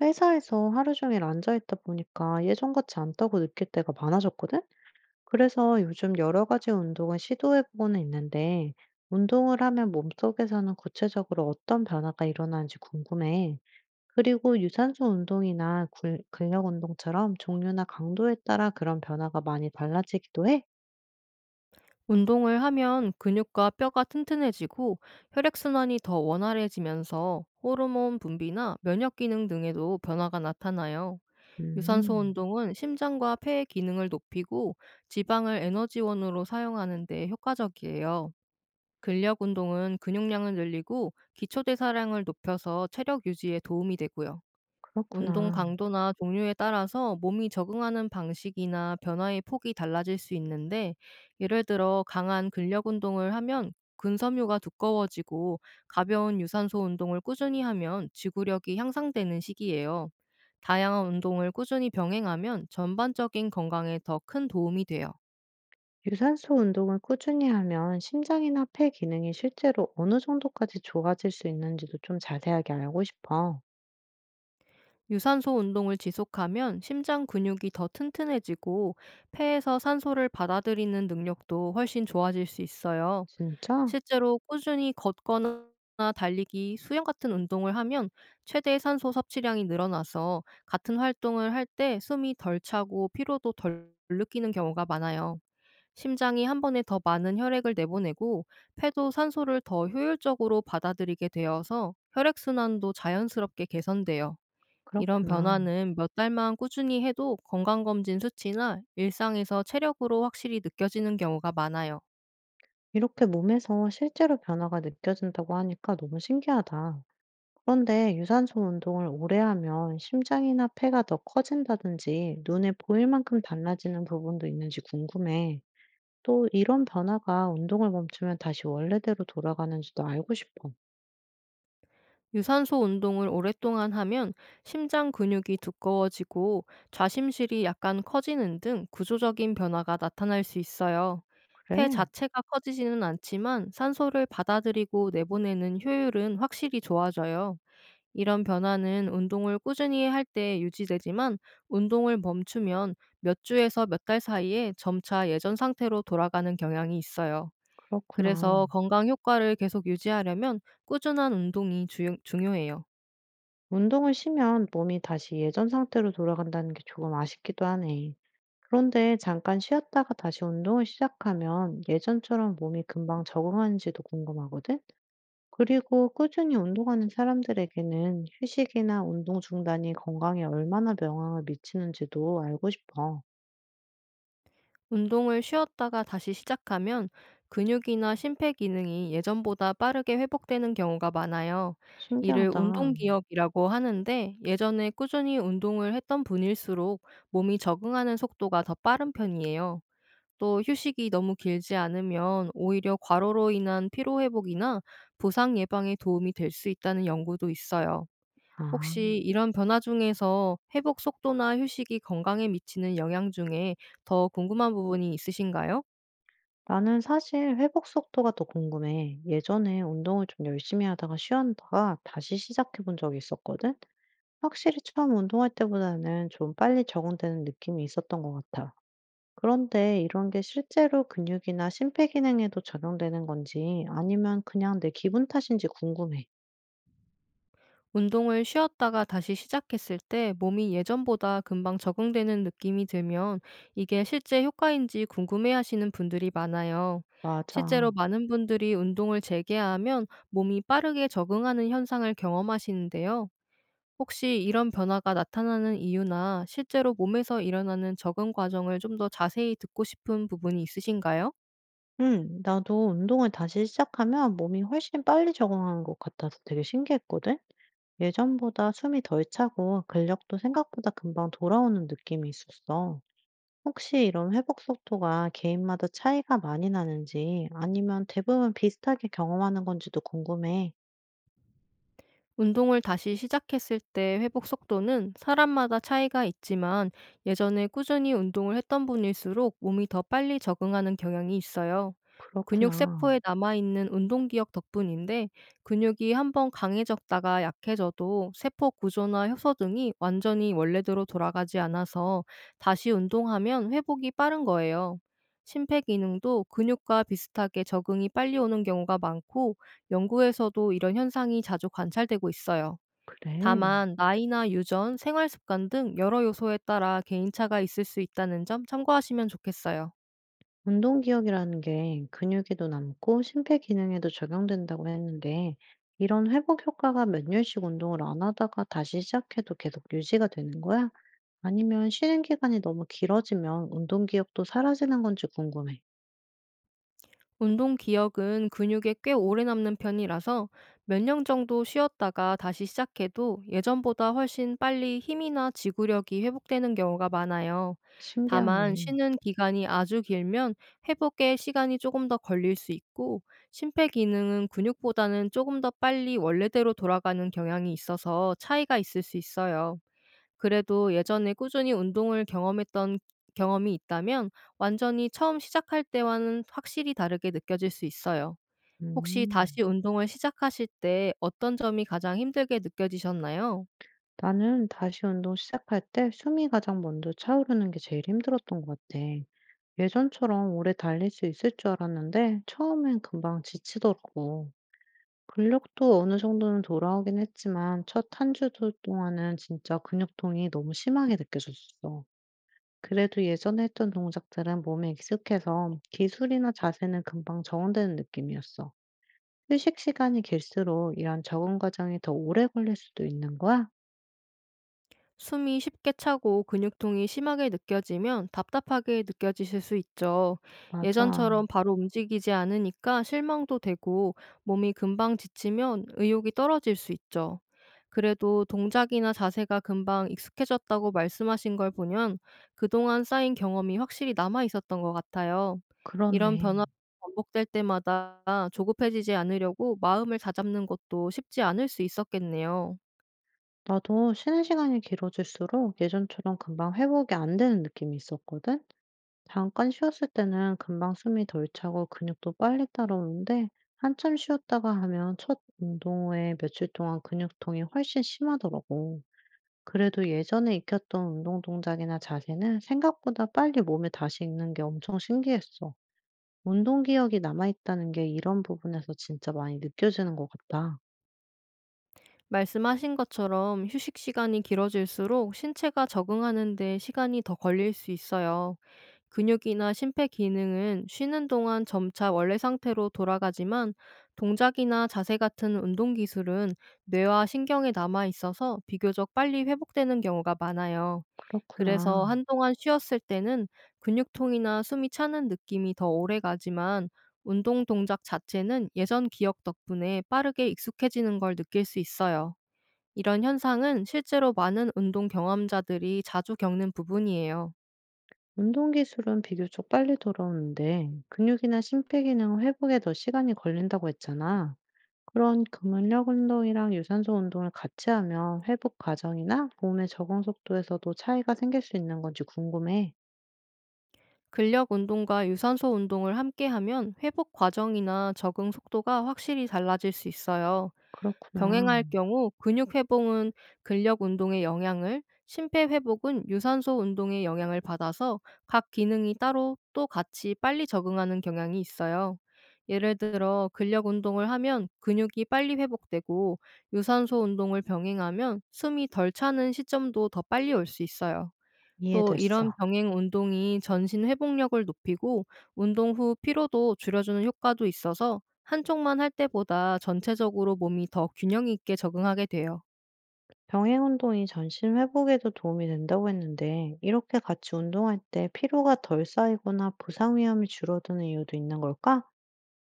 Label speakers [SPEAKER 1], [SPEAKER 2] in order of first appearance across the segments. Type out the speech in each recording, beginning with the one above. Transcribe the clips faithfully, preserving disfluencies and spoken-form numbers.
[SPEAKER 1] 회사에서 하루 종일 앉아있다 보니까 예전 같지 않다고 느낄 때가 많아졌거든? 그래서 요즘 여러 가지 운동을 시도해보고는 있는데, 운동을 하면 몸속에서는 구체적으로 어떤 변화가 일어나는지 궁금해. 그리고 유산소 운동이나 굴- 근력 운동처럼 종류나 강도에 따라 그런 변화가 많이 달라지기도 해?
[SPEAKER 2] 운동을 하면 근육과 뼈가 튼튼해지고 혈액순환이 더 원활해지면서 호르몬 분비나 면역 기능 등에도 변화가 나타나요. 유산소
[SPEAKER 1] 음,
[SPEAKER 2] 운동은 심장과 폐의 기능을 높이고 지방을 에너지원으로 사용하는 데 효과적이에요. 근력 운동은 근육량을 늘리고 기초 대사량을 높여서 체력 유지에 도움이 되고요. 운동
[SPEAKER 1] 그렇구나.
[SPEAKER 2] 강도나 종류에 따라서 몸이 적응하는 방식이나 변화의 폭이 달라질 수 있는데, 예를 들어 강한 근력 운동을 하면 근섬유가 두꺼워지고 가벼운 유산소 운동을 꾸준히 하면 지구력이 향상되는 시기예요. 다양한 운동을 꾸준히 병행하면 전반적인 건강에 더 큰 도움이 돼요.
[SPEAKER 1] 유산소 운동을 꾸준히 하면 심장이나 폐 기능이 실제로 어느 정도까지 좋아질 수 있는지도 좀 자세하게 알고 싶어.
[SPEAKER 2] 유산소 운동을 지속하면 심장 근육이 더 튼튼해지고 폐에서 산소를 받아들이는 능력도 훨씬 좋아질 수 있어요.
[SPEAKER 1] 진짜?
[SPEAKER 2] 실제로 꾸준히 걷거나 달리기, 수영 같은 운동을 하면 최대 산소 섭취량이 늘어나서 같은 활동을 할 때 숨이 덜 차고 피로도 덜 느끼는 경우가 많아요. 심장이 한 번에 더 많은 혈액을 내보내고 폐도 산소를 더 효율적으로 받아들이게 되어서 혈액순환도 자연스럽게 개선돼요. 이런
[SPEAKER 1] 그렇구나.
[SPEAKER 2] 변화는 몇 달만 꾸준히 해도 건강검진 수치나 일상에서 체력으로 확실히 느껴지는 경우가 많아요.
[SPEAKER 1] 이렇게 몸에서 실제로 변화가 느껴진다고 하니까 너무 신기하다. 그런데 유산소 운동을 오래 하면 심장이나 폐가 더 커진다든지 눈에 보일 만큼 달라지는 부분도 있는지 궁금해. 또 이런 변화가 운동을 멈추면 다시 원래대로 돌아가는지도 알고 싶어.
[SPEAKER 2] 유산소 운동을 오랫동안 하면 심장 근육이 두꺼워지고 좌심실이 약간 커지는 등 구조적인 변화가 나타날 수 있어요. 폐
[SPEAKER 1] 그래?
[SPEAKER 2] 자체가 커지지는 않지만 산소를 받아들이고 내보내는 효율은 확실히 좋아져요. 이런 변화는 운동을 꾸준히 할 때 유지되지만 운동을 멈추면 몇 주에서 몇 달 사이에 점차 예전 상태로 돌아가는 경향이 있어요.
[SPEAKER 1] 그렇구나.
[SPEAKER 2] 그래서 건강 효과를 계속 유지하려면 꾸준한 운동이 주- 중요해요.
[SPEAKER 1] 운동을 쉬면 몸이 다시 예전 상태로 돌아간다는 게 조금 아쉽기도 하네. 그런데 잠깐 쉬었다가 다시 운동을 시작하면 예전처럼 몸이 금방 적응하는지도 궁금하거든? 그리고 꾸준히 운동하는 사람들에게는 휴식이나 운동 중단이 건강에 얼마나 영향을 미치는지도 알고 싶어.
[SPEAKER 2] 운동을 쉬었다가 다시 시작하면 근육이나 심폐 기능이 예전보다 빠르게 회복되는 경우가 많아요. 이를
[SPEAKER 1] 신기하다.
[SPEAKER 2] 운동 기억이라고 하는데, 예전에 꾸준히 운동을 했던 분일수록 몸이 적응하는 속도가 더 빠른 편이에요. 또 휴식이 너무 길지 않으면 오히려 과로로 인한 피로 회복이나 부상 예방에 도움이 될 수 있다는 연구도 있어요.
[SPEAKER 1] 아,
[SPEAKER 2] 혹시 이런 변화 중에서 회복 속도나 휴식이 건강에 미치는 영향 중에 더 궁금한 부분이 있으신가요?
[SPEAKER 1] 나는 사실 회복 속도가 더 궁금해. 예전에 운동을 좀 열심히 하다가 쉬었다가 다시 시작해 본 적이 있었거든? 확실히 처음 운동할 때보다는 좀 빨리 적응되는 느낌이 있었던 것 같아. 그런데 이런 게 실제로 근육이나 심폐 기능에도 적용되는 건지 아니면 그냥 내 기분 탓인지 궁금해.
[SPEAKER 2] 운동을 쉬었다가 다시 시작했을 때 몸이 예전보다 금방 적응되는 느낌이 들면 이게 실제 효과인지 궁금해 하시는 분들이 많아요. 실제로
[SPEAKER 1] 맞아.
[SPEAKER 2] 많은 분들이 운동을 재개하면 몸이 빠르게 적응하는 현상을 경험하시는데요. 혹시 이런 변화가 나타나는 이유나 실제로 몸에서 일어나는 적응 과정을 좀 더 자세히 듣고 싶은 부분이 있으신가요?
[SPEAKER 1] 응, 나도 운동을 다시 시작하면 몸이 훨씬 빨리 적응하는 것 같아서 되게 신기했거든? 예전보다 숨이 덜 차고 근력도 생각보다 금방 돌아오는 느낌이 있었어. 혹시 이런 회복 속도가 개인마다 차이가 많이 나는지 아니면 대부분 비슷하게 경험하는 건지도 궁금해.
[SPEAKER 2] 운동을 다시 시작했을 때 회복 속도는 사람마다 차이가 있지만, 예전에 꾸준히 운동을 했던 분일수록 몸이 더 빨리 적응하는 경향이 있어요. 근육
[SPEAKER 1] 그렇구나.
[SPEAKER 2] 세포에 남아있는 운동 기억 덕분인데, 근육이 한번 강해졌다가 약해져도 세포 구조나 효소 등이 완전히 원래대로 돌아가지 않아서 다시 운동하면 회복이 빠른 거예요. 심폐 기능도 근육과 비슷하게 적응이 빨리 오는 경우가 많고, 연구에서도 이런 현상이 자주 관찰되고 있어요.
[SPEAKER 1] 그래.
[SPEAKER 2] 다만 나이나 유전, 생활 습관 등 여러 요소에 따라 개인차가 있을 수 있다는 점 참고하시면 좋겠어요.
[SPEAKER 1] 운동 기억이라는 게 근육에도 남고 심폐 기능에도 적용된다고 했는데 이런 회복 효과가 몇 년씩 운동을 안 하다가 다시 시작해도 계속 유지가 되는 거야? 아니면 쉬는 기간이 너무 길어지면 운동 기억도 사라지는 건지 궁금해.
[SPEAKER 2] 운동 기억은 근육에 꽤 오래 남는 편이라서 몇 년 정도 쉬었다가 다시 시작해도 예전보다 훨씬 빨리 힘이나 지구력이 회복되는 경우가 많아요. 다만
[SPEAKER 1] 신기하네.
[SPEAKER 2] 쉬는 기간이 아주 길면 회복에 시간이 조금 더 걸릴 수 있고, 심폐 기능은 근육보다는 조금 더 빨리 원래대로 돌아가는 경향이 있어서 차이가 있을 수 있어요. 그래도 예전에 꾸준히 운동을 경험했던 경험이 있다면 완전히 처음 시작할 때와는 확실히 다르게 느껴질 수 있어요. 혹시 다시
[SPEAKER 1] 음.
[SPEAKER 2] 운동을 시작하실 때 어떤 점이 가장 힘들게 느껴지셨나요?
[SPEAKER 1] 나는 다시 운동 시작할 때 숨이 가장 먼저 차오르는 게 제일 힘들었던 것 같아. 예전처럼 오래 달릴 수 있을 줄 알았는데 처음엔 금방 지치더라고. 근력도 어느 정도는 돌아오긴 했지만 첫 한 주 동안은 진짜 근육통이 너무 심하게 느껴졌어. 그래도 예전에 했던 동작들은 몸에 익숙해서 기술이나 자세는 금방 적응되는 느낌이었어. 휴식 시간이 길수록 이런 적응 과정이 더 오래 걸릴 수도 있는 거야?
[SPEAKER 2] 숨이 쉽게 차고 근육통이 심하게 느껴지면 답답하게 느껴지실 수 있죠.
[SPEAKER 1] 맞아.
[SPEAKER 2] 예전처럼 바로 움직이지 않으니까 실망도 되고, 몸이 금방 지치면 의욕이 떨어질 수 있죠. 그래도 동작이나 자세가 금방 익숙해졌다고 말씀하신 걸 보면 그동안 쌓인 경험이 확실히 남아 있었던 것 같아요. 이런
[SPEAKER 1] 그렇네.
[SPEAKER 2] 변화가 반복될 때마다 조급해지지 않으려고 마음을 다잡는 것도 쉽지 않을 수 있었겠네요.
[SPEAKER 1] 나도 쉬는 시간이 길어질수록 예전처럼 금방 회복이 안 되는 느낌이 있었거든? 잠깐 쉬었을 때는 금방 숨이 덜 차고 근육도 빨리 따라오는데, 한참 쉬었다가 하면 첫 운동 후에 며칠 동안 근육통이 훨씬 심하더라고. 그래도 예전에 익혔던 운동 동작이나 자세는 생각보다 빨리 몸에 다시 익는 게 엄청 신기했어. 운동 기억이 남아있다는 게 이런 부분에서 진짜 많이 느껴지는 것 같다.
[SPEAKER 2] 말씀하신 것처럼 휴식 시간이 길어질수록 신체가 적응하는 데 시간이 더 걸릴 수 있어요. 근육이나 심폐 기능은 쉬는 동안 점차 원래 상태로 돌아가지만, 동작이나 자세 같은 운동 기술은 뇌와 신경에 남아 있어서 비교적 빨리 회복되는 경우가 많아요. 그래서
[SPEAKER 1] 그렇구나.
[SPEAKER 2] 한동안 쉬었을 때는 근육통이나 숨이 차는 느낌이 더 오래 가지만, 운동 동작 자체는 예전 기억 덕분에 빠르게 익숙해지는 걸 느낄 수 있어요. 이런 현상은 실제로 많은 운동 경험자들이 자주 겪는 부분이에요.
[SPEAKER 1] 운동 기술은 비교적 빨리 돌아오는데 근육이나 심폐 기능 회복에 더 시간이 걸린다고 했잖아. 그런 근력 운동이랑 유산소 운동을 같이 하면 회복 과정이나 몸의 적응 속도에서도 차이가 생길 수 있는 건지 궁금해.
[SPEAKER 2] 근력 운동과 유산소 운동을 함께 하면 회복 과정이나 적응 속도가 확실히 달라질 수 있어요.
[SPEAKER 1] 그렇구나.
[SPEAKER 2] 병행할 경우 근육 회복은 근력 운동의 영향을, 심폐 회복은 유산소 운동의 영향을 받아서 각 기능이 따로 또 같이 빨리 적응하는 경향이 있어요. 예를 들어 근력 운동을 하면 근육이 빨리 회복되고, 유산소 운동을 병행하면 숨이 덜 차는 시점도 더 빨리 올 수 있어요. 또 이런
[SPEAKER 1] 이해됐어.
[SPEAKER 2] 병행 운동이 전신 회복력을 높이고 운동 후 피로도 줄여주는 효과도 있어서 한쪽만 할 때보다 전체적으로 몸이 더 균형 있게 적응하게 돼요.
[SPEAKER 1] 병행 운동이 전신 회복에도 도움이 된다고 했는데 이렇게 같이 운동할 때 피로가 덜 쌓이거나 부상 위험이 줄어드는 이유도 있는 걸까?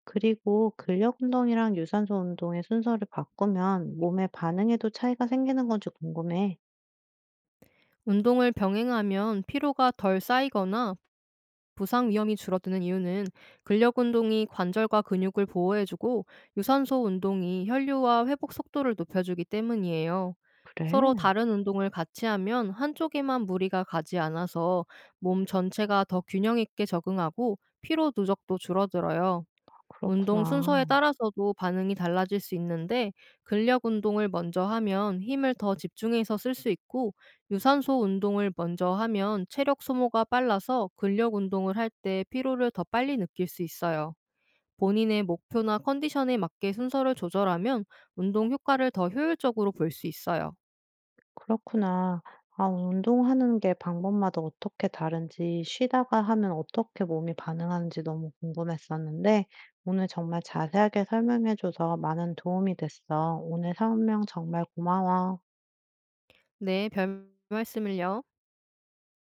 [SPEAKER 1] 그리고 근력 운동이랑 유산소 운동의 순서를 바꾸면 몸의 반응에도 차이가 생기는 건지 궁금해.
[SPEAKER 2] 운동을 병행하면 피로가 덜 쌓이거나 부상 위험이 줄어드는 이유는 근력 운동이 관절과 근육을 보호해주고 유산소 운동이 혈류와 회복 속도를 높여주기 때문이에요. 서로
[SPEAKER 1] 그래?
[SPEAKER 2] 다른 운동을 같이 하면 한쪽에만 무리가 가지 않아서 몸 전체가 더 균형 있게 적응하고 피로 누적도 줄어들어요. 운동 순서에
[SPEAKER 1] 그렇구나.
[SPEAKER 2] 따라서도 반응이 달라질 수 있는데, 근력 운동을 먼저 하면 힘을 더 집중해서 쓸 수 있고, 유산소 운동을 먼저 하면 체력 소모가 빨라서 근력 운동을 할 때 피로를 더 빨리 느낄 수 있어요. 본인의 목표나 컨디션에 맞게 순서를 조절하면 운동 효과를 더 효율적으로 볼 수 있어요.
[SPEAKER 1] 그렇구나. 아, 운동하는 게 방법마다 어떻게 다른지, 쉬다가 하면 어떻게 몸이 반응하는지 너무 궁금했었는데, 오늘 정말 자세하게 설명해줘서 많은 도움이 됐어. 오늘 설명 정말 고마워.
[SPEAKER 2] 네, 별 말씀을요.